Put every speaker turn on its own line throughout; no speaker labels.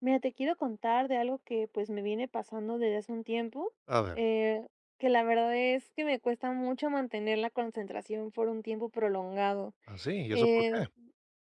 Mira, te quiero contar de algo que pues me viene pasando desde hace un tiempo,
A ver,
eh, que la verdad es que me cuesta mucho mantener la concentración por un tiempo prolongado.
¿así? ¿Y eso por
Eh,
qué?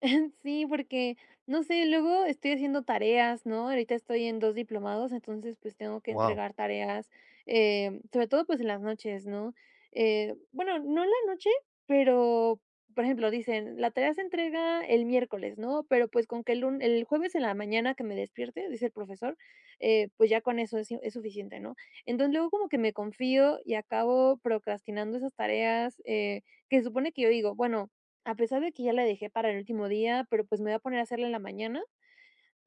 Sí, porque, no sé, luego estoy haciendo tareas, ¿no? Ahorita estoy en 2 diplomados, entonces, pues, tengo que
Wow,
entregar tareas, sobre todo, pues, en las noches, ¿no? Bueno, no en la noche, pero, por ejemplo, dicen: "La tarea se entrega el miércoles", ¿no? Pero, pues, con que el jueves en la mañana que me despierte, dice el profesor, pues, ya con eso es si es suficiente, ¿no? Entonces, luego como que me confío y acabo procrastinando esas tareas, que supone que yo digo: "Bueno, a pesar de que ya la dejé para el último día, pero, pues, me voy a poner a hacerla en la mañana.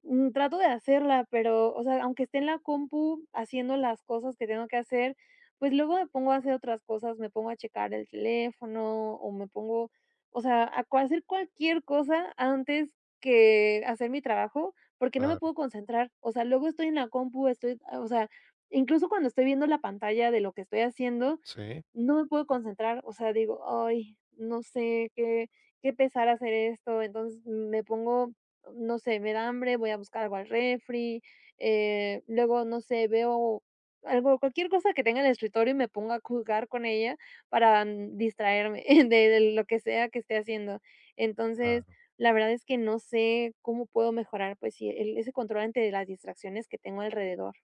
Trato de hacerla, pero, o sea, aunque esté en la compu haciendo las cosas que tengo que hacer, pues, luego me pongo a hacer otras cosas, me pongo a checar el teléfono o me pongo, o sea, a cua hacer cualquier cosa antes que hacer mi trabajo, porque no me
claro,
puedo concentrar. O sea, luego estoy en la compu, estoy, o sea, incluso cuando estoy viendo la pantalla de lo que estoy haciendo,
sí,
no me puedo concentrar, o sea, digo: "Ay, no sé qué pesar hacer esto", entonces me pongo, no sé, me da hambre, voy a buscar algo al refri, luego, no sé, veo algo, cualquier cosa que tenga en el escritorio y me pongo a jugar con ella para distraerme de lo que sea que esté haciendo. Entonces,
claro.
la verdad es que no sé cómo puedo mejorar, pues sí, el ese control ante las distracciones que tengo alrededor.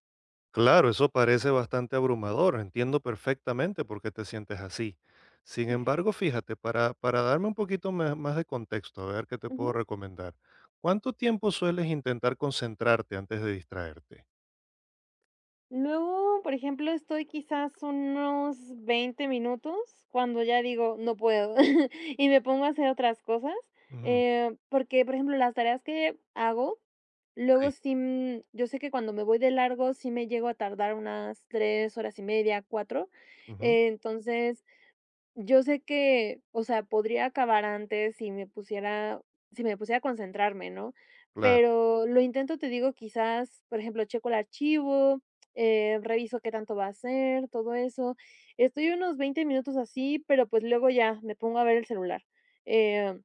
Claro, eso parece bastante abrumador, entiendo perfectamente por qué te sientes así. Sin embargo, fíjate, para darme un poquito ma más de contexto, a ver qué te puedo
Ujú.
recomendar, ¿cuánto tiempo sueles intentar concentrarte antes de distraerte?
Luego, por ejemplo, estoy quizás unos 20 minutos cuando ya digo: "No puedo", y me pongo a hacer otras cosas,
Ujú,
porque, por ejemplo, las tareas que hago,
sí,
luego sí, yo sé que cuando me voy de largo sí me llego a tardar unas 3 horas y media, 4,
ujú,
entonces, yo sé que, o sea, podría acabar antes si me pusiera a concentrarme, ¿no?
claro,
Pero lo intento, te digo, quizás, por ejemplo, checo el archivo, reviso qué tanto va a ser, todo eso. Estoy unos 20 minutos así, pero, pues, luego ya me pongo a ver el celular. Eh,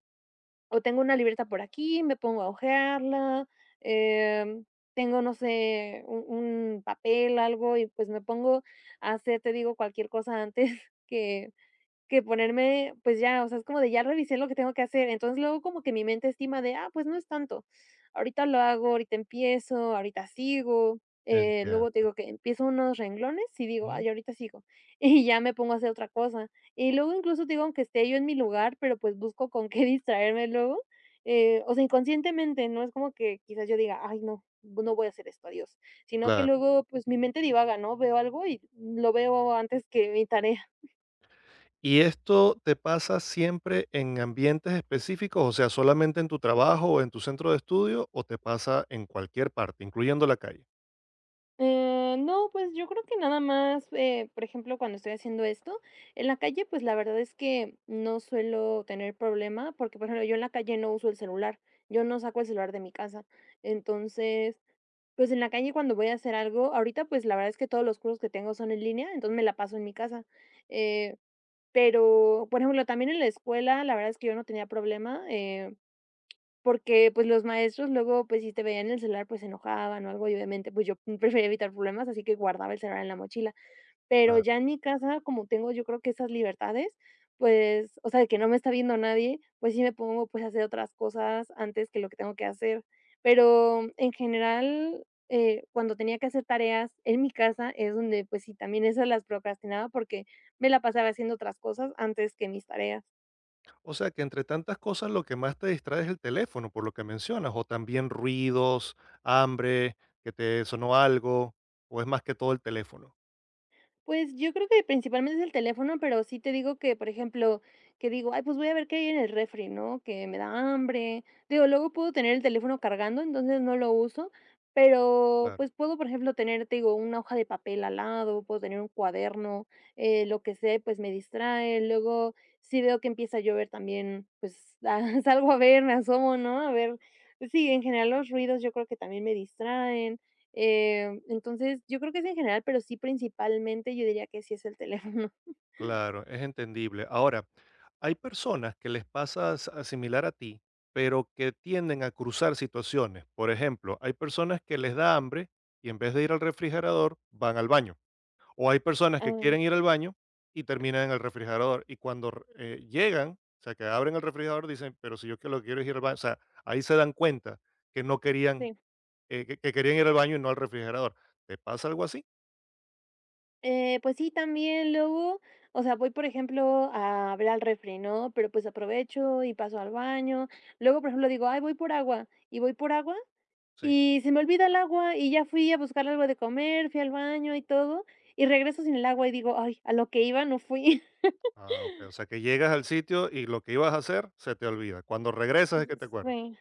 o tengo una libreta por aquí, me pongo a hojearla, em, tengo, no sé, un papel, algo, y, pues, me pongo a hacer, te digo, cualquier cosa antes que que ponerme, pues ya, o sea, es como de ya revisé lo que tengo que hacer. Entonces, luego como que mi mente estima de, ah, pues no es tanto. Ahorita lo hago, ahorita empiezo, ahorita sigo. Luego te
entiendo,
digo que empiezo unos renglones y digo,
ujú,
ay, ahorita sigo. Y ya me pongo a hacer otra cosa. Y luego incluso te digo, aunque esté yo en mi lugar, pero pues busco con qué distraerme luego. O sea, inconscientemente, no es como que quizás yo diga, ay, no, no voy a hacer esto, adiós. Sino que
claro.
luego, pues mi mente divaga, ¿no? Veo algo y lo veo antes que mi tarea.
¿Y esto te pasa siempre en ambientes específicos? O sea, solamente en tu trabajo o en tu centro de estudio, o te pasa en cualquier parte, incluyendo la calle.
No, pues yo creo que nada más, por ejemplo, cuando estoy haciendo esto, en la calle, pues la verdad es que no suelo tener problema, porque por ejemplo, yo en la calle no uso el celular, yo no saco el celular de mi casa. Entonces, pues en la calle cuando voy a hacer algo, ahorita pues la verdad es que todos los cursos que tengo son en línea, entonces me la paso en mi casa. Eh, pero, por ejemplo, también en la escuela, la verdad es que yo no tenía problema. Porque, pues, los maestros luego, pues, si te veían el celular, pues, se enojaban o algo, y obviamente, pues, yo prefería evitar problemas, así que guardaba el celular en la mochila. Pero ya
Claro.
en mi casa, como tengo yo creo que esas libertades, pues, o sea, de que no me está viendo nadie, pues, sí me pongo, pues, a hacer otras cosas antes que lo que tengo que hacer. Pero en general, cuando tenía que hacer tareas en mi casa es donde, pues sí, también esas las procrastinaba porque me la pasaba haciendo otras cosas antes que mis tareas.
O sea, que entre tantas cosas lo que más te distrae es el teléfono, por lo que mencionas, o también ruidos, hambre, que te sonó algo, o es más que todo el teléfono.
Pues, yo creo que principalmente es el teléfono, pero sí te digo que, por ejemplo, que digo: "Ay, pues voy a ver qué hay en el refri", ¿no? Que me da hambre. Digo, luego puedo tener el teléfono cargando, entonces no lo uso, pero,
Claro.
pues, puedo, por ejemplo, tener, te digo, una hoja de papel al lado, puedo tener un cuaderno, lo que sea, pues, me distrae. Luego, si veo que empieza a llover también, pues, ah, salgo a ver, me asomo, ¿no? A ver, sí, en general los ruidos yo creo que también me distraen. Entonces, yo creo que es en general, pero sí principalmente yo diría que sí es el teléfono.
Claro, es entendible. Ahora, hay personas que les pasa a similar a ti, pero que tienden a cruzar situaciones. Por ejemplo, hay personas que les da hambre y en vez de ir al refrigerador, van al baño. O hay personas que
Ah,
quieren ir al baño y terminan en el refrigerador. Y cuando llegan, o sea, que abren el refrigerador, dicen, pero si yo que lo que quiero es ir al baño. O sea, ahí se dan cuenta que no querían,
sí.
que querían ir al baño y no al refrigerador. ¿Te pasa algo así?
Pues sí, también luego, o sea, voy, por ejemplo, a ver al refri, ¿no? Pero pues aprovecho y paso al baño. Luego, por ejemplo, digo, ay, voy por agua y voy por agua
Sí.
y se me olvida el agua y ya fui a buscar algo de comer, fui al baño y todo y regreso sin el agua y digo, ay, a lo que iba no fui.
Ah, okey, o sea, que llegas al sitio y lo que ibas a hacer se te olvida. Cuando regresas es que te acuerdas.
Sí.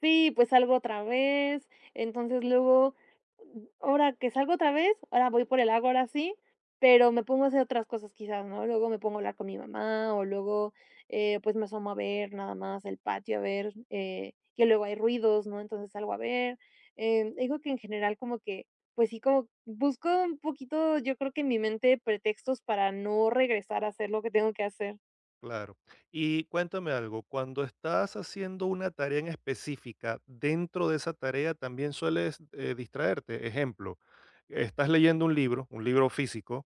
Sí, pues salgo otra vez, entonces luego, ahora que salgo otra vez, ahora voy por el agua, ahora sí, pero me pongo a hacer otras cosas quizás, ¿no? Luego me pongo a hablar con mi mamá o luego pues me asomo a ver nada más el patio, a ver que luego hay ruidos, ¿no? Entonces salgo a ver. Digo que en general como que, pues sí, como busco un poquito, yo creo que en mi mente pretextos para no regresar a hacer lo que tengo que hacer.
Claro. Y cuéntame algo, cuando estás haciendo una tarea en específica, dentro de esa tarea también sueles, distraerte. Ejemplo, estás leyendo un libro físico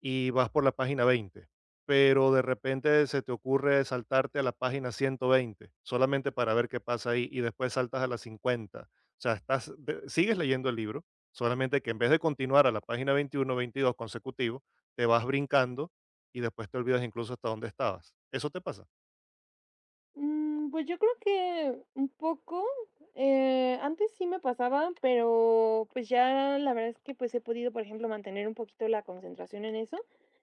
y vas por la página 20, pero de repente se te ocurre saltarte a la página 120, solamente para ver qué pasa ahí y después saltas a la 50. O sea, estás, sigues leyendo el libro, solamente que en vez de continuar a la página 21, 22 consecutivo, te vas brincando y después te olvidas incluso hasta dónde estabas. Eso te pasa.
Pues yo creo que un poco, antes sí me pasaba, pero pues ya la verdad es que pues he podido, por ejemplo, mantener un poquito la concentración en eso.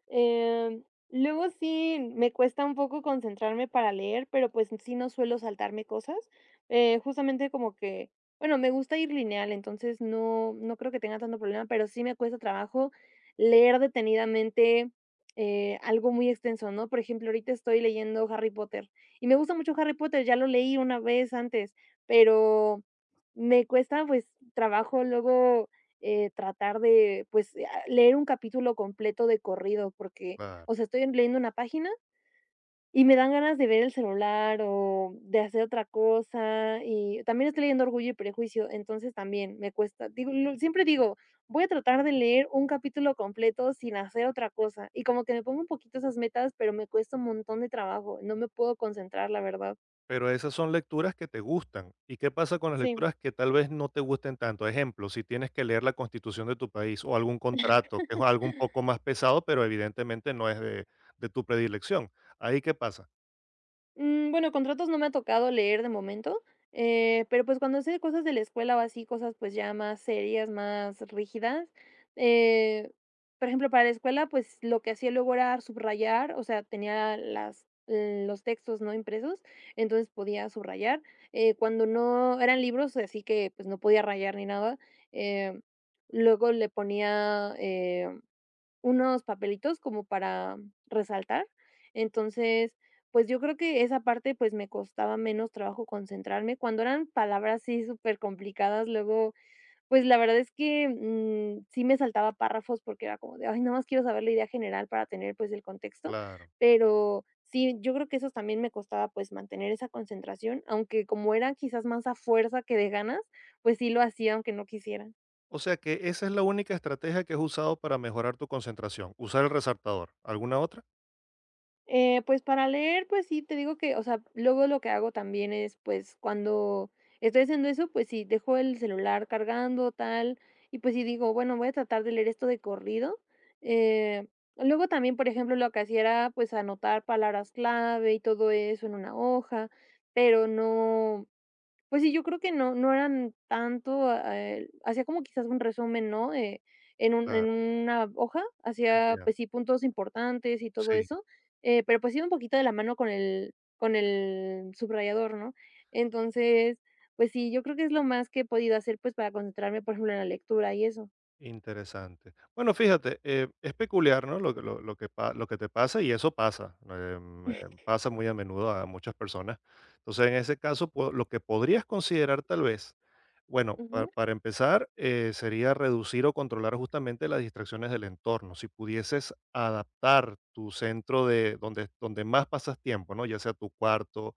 Em, Luego sí me cuesta un poco concentrarme para leer, pero pues sí no suelo saltarme cosas. Justamente como que, bueno, me gusta ir lineal, entonces no, no creo que tenga tanto problema, pero sí me cuesta trabajo leer detenidamente algo muy extenso, ¿no? Por ejemplo, ahorita estoy leyendo Harry Potter. Y me gusta mucho Harry Potter, ya lo leí una vez antes, pero me cuesta, pues, trabajo luego, tratar de, pues, ah, leer un capítulo completo de corrido, porque, o sea, estoy leyendo una página y me dan ganas de ver el celular o de hacer otra cosa, y también estoy leyendo Orgullo y Prejuicio, entonces también me cuesta. Digo, lo siempre digo, voy a tratar de leer un capítulo completo sin hacer otra cosa, y como que me pongo un poquito esas metas, pero me cuesta un montón de trabajo, no me puedo concentrar, la verdad.
Pero esas son lecturas que te gustan. ¿Y qué pasa con las
Sí.
lecturas que tal vez no te gusten tanto? Ejemplo, si tienes que leer la constitución de tu país o algún contrato, que es algo un poco más pesado, pero evidentemente no es de tu predilección. ¿Ahí qué pasa?
Bueno, contratos no me ha tocado leer de momento, pero, pues, cuando sé de cosas de la escuela o así, cosas, pues, ya más serias, más rígidas, eh, por ejemplo, para la escuela, pues, lo que hacía luego era subrayar, o sea, tenía las los textos, ¿no?, impresos, entonces podía subrayar, cuando no eran libros, así que, pues, no podía rayar ni nada, eh, luego le ponía, unos papelitos como para resaltar. Entonces, pues, yo creo que esa parte, pues, me costaba menos trabajo concentrarme. Cuando eran palabras así súper complicadas luego, pues, la verdad es que, sí me saltaba párrafos porque era como de: "Ay, nada más quiero saber la idea general para tener, pues, el contexto".
Claro.
Pero sí, yo creo que eso también me costaba, pues, mantener esa concentración, aunque como era quizás más a fuerza que de ganas, pues, sí lo hacía aunque no quisiera.
O sea que esa es la única estrategia que has usado para mejorar tu concentración, usar el resaltador. ¿Alguna otra?
Pues para leer, pues sí, te digo que, o sea, luego lo que hago también es, pues cuando estoy haciendo eso, pues sí, dejo el celular cargando, tal, y pues sí digo, bueno, voy a tratar de leer esto de corrido. Eh, Luego también, por ejemplo, lo que hacía era, pues anotar palabras clave y todo eso en una hoja, pero no. Pues sí, yo creo que no eran tanto, hacía como quizás un resumen, ¿no?, en un
Claro,
en una hoja, hacía,
entiendo.
pues sí, puntos importantes y todo
Sí.
eso, pero pues iba un poquito de la mano con el subrayador, ¿no? Entonces, pues sí, yo creo que es lo más que he podido hacer, pues, para concentrarme, por ejemplo, en la lectura y eso.
Interesante. Bueno, fíjate, es peculiar, ¿no? Lo que, pa- lo que te pasa y eso pasa, pasa muy a menudo a muchas personas. Entonces, en ese caso, lo que podrías considerar tal vez, bueno,
Ujú,
para empezar, sería reducir o controlar justamente las distracciones del entorno. Si pudieses adaptar tu centro de donde, donde más pasas tiempo, ¿no? Ya sea tu cuarto,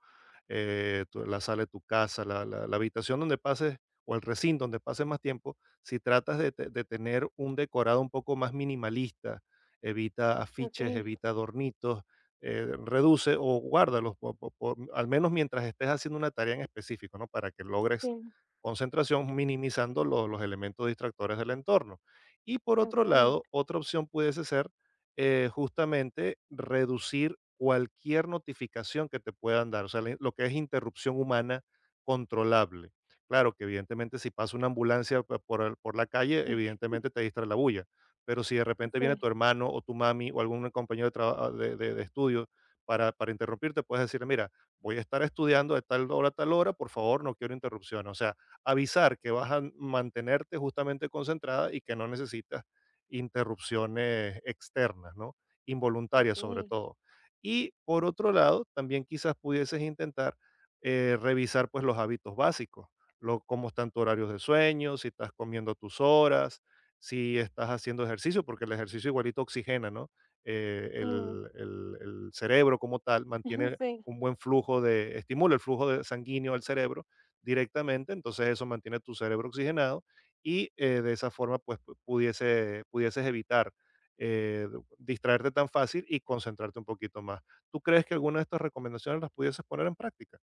la sala de tu casa, la habitación donde pases o el recinto donde pases más tiempo si tratas de, de tener un decorado un poco más minimalista, evita afiches,
okey,
evita adornitos, reduce o guárdalos, al menos mientras estés haciendo una tarea en específico, ¿no? Para que logres
sí,
concentración minimizando los elementos distractores del entorno. Y por otro
okey,
lado, otra opción pudiese ser justamente reducir cualquier notificación que te puedan dar, o sea, lo que es interrupción humana controlable. Claro, que evidentemente si pasa una ambulancia por, por la calle, evidentemente te distrae la bulla. Pero si de repente viene tu
sí,
hermano o tu mami o algún compañero de, de estudio para interrumpirte, puedes decirle, mira, voy a estar estudiando de tal hora a tal hora, por favor, no quiero interrupción. O sea, avisar que vas a mantenerte justamente concentrada y que no necesitas interrupciones externas, ¿no? Involuntarias sobre
okey,
todo. Y por otro lado, también quizás pudieses intentar revisar pues los hábitos básicos lo, cómo están tus horarios de sueño, si estás comiendo a tus horas, si estás haciendo ejercicio, porque el ejercicio igualito oxigena, ¿no?
mm,
El cerebro como tal mantiene
sí.
un buen flujo de, estimula el flujo de sanguíneo al cerebro directamente, entonces eso mantiene tu cerebro oxigenado y de esa forma pues pudiese, pudieses evitar eh, distraerte tan fácil y concentrarte un poquito más. ¿Tú crees que alguna de estas recomendaciones las pudieses poner en práctica?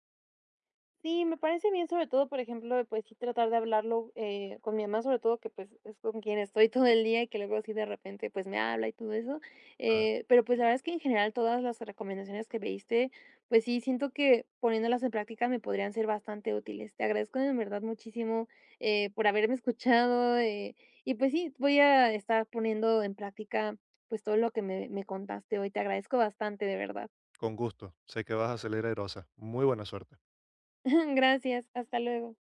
Sí, me parece bien, sobre todo, por ejemplo, pues sí tratar de hablarlo con mi mamá, sobre todo que pues es con quien estoy todo el día y que luego sí de repente pues me habla y todo eso. Pero pues la verdad es que en general todas las recomendaciones que me diste, pues sí siento que poniéndolas en práctica me podrían ser bastante útiles. Te agradezco en verdad muchísimo por haberme escuchado y pues sí, voy a estar poniendo en práctica pues todo lo que me contaste hoy. Te agradezco bastante, de verdad.
Con gusto. Sé que vas a salir airosa. Muy buena suerte.
Gracias, hasta luego.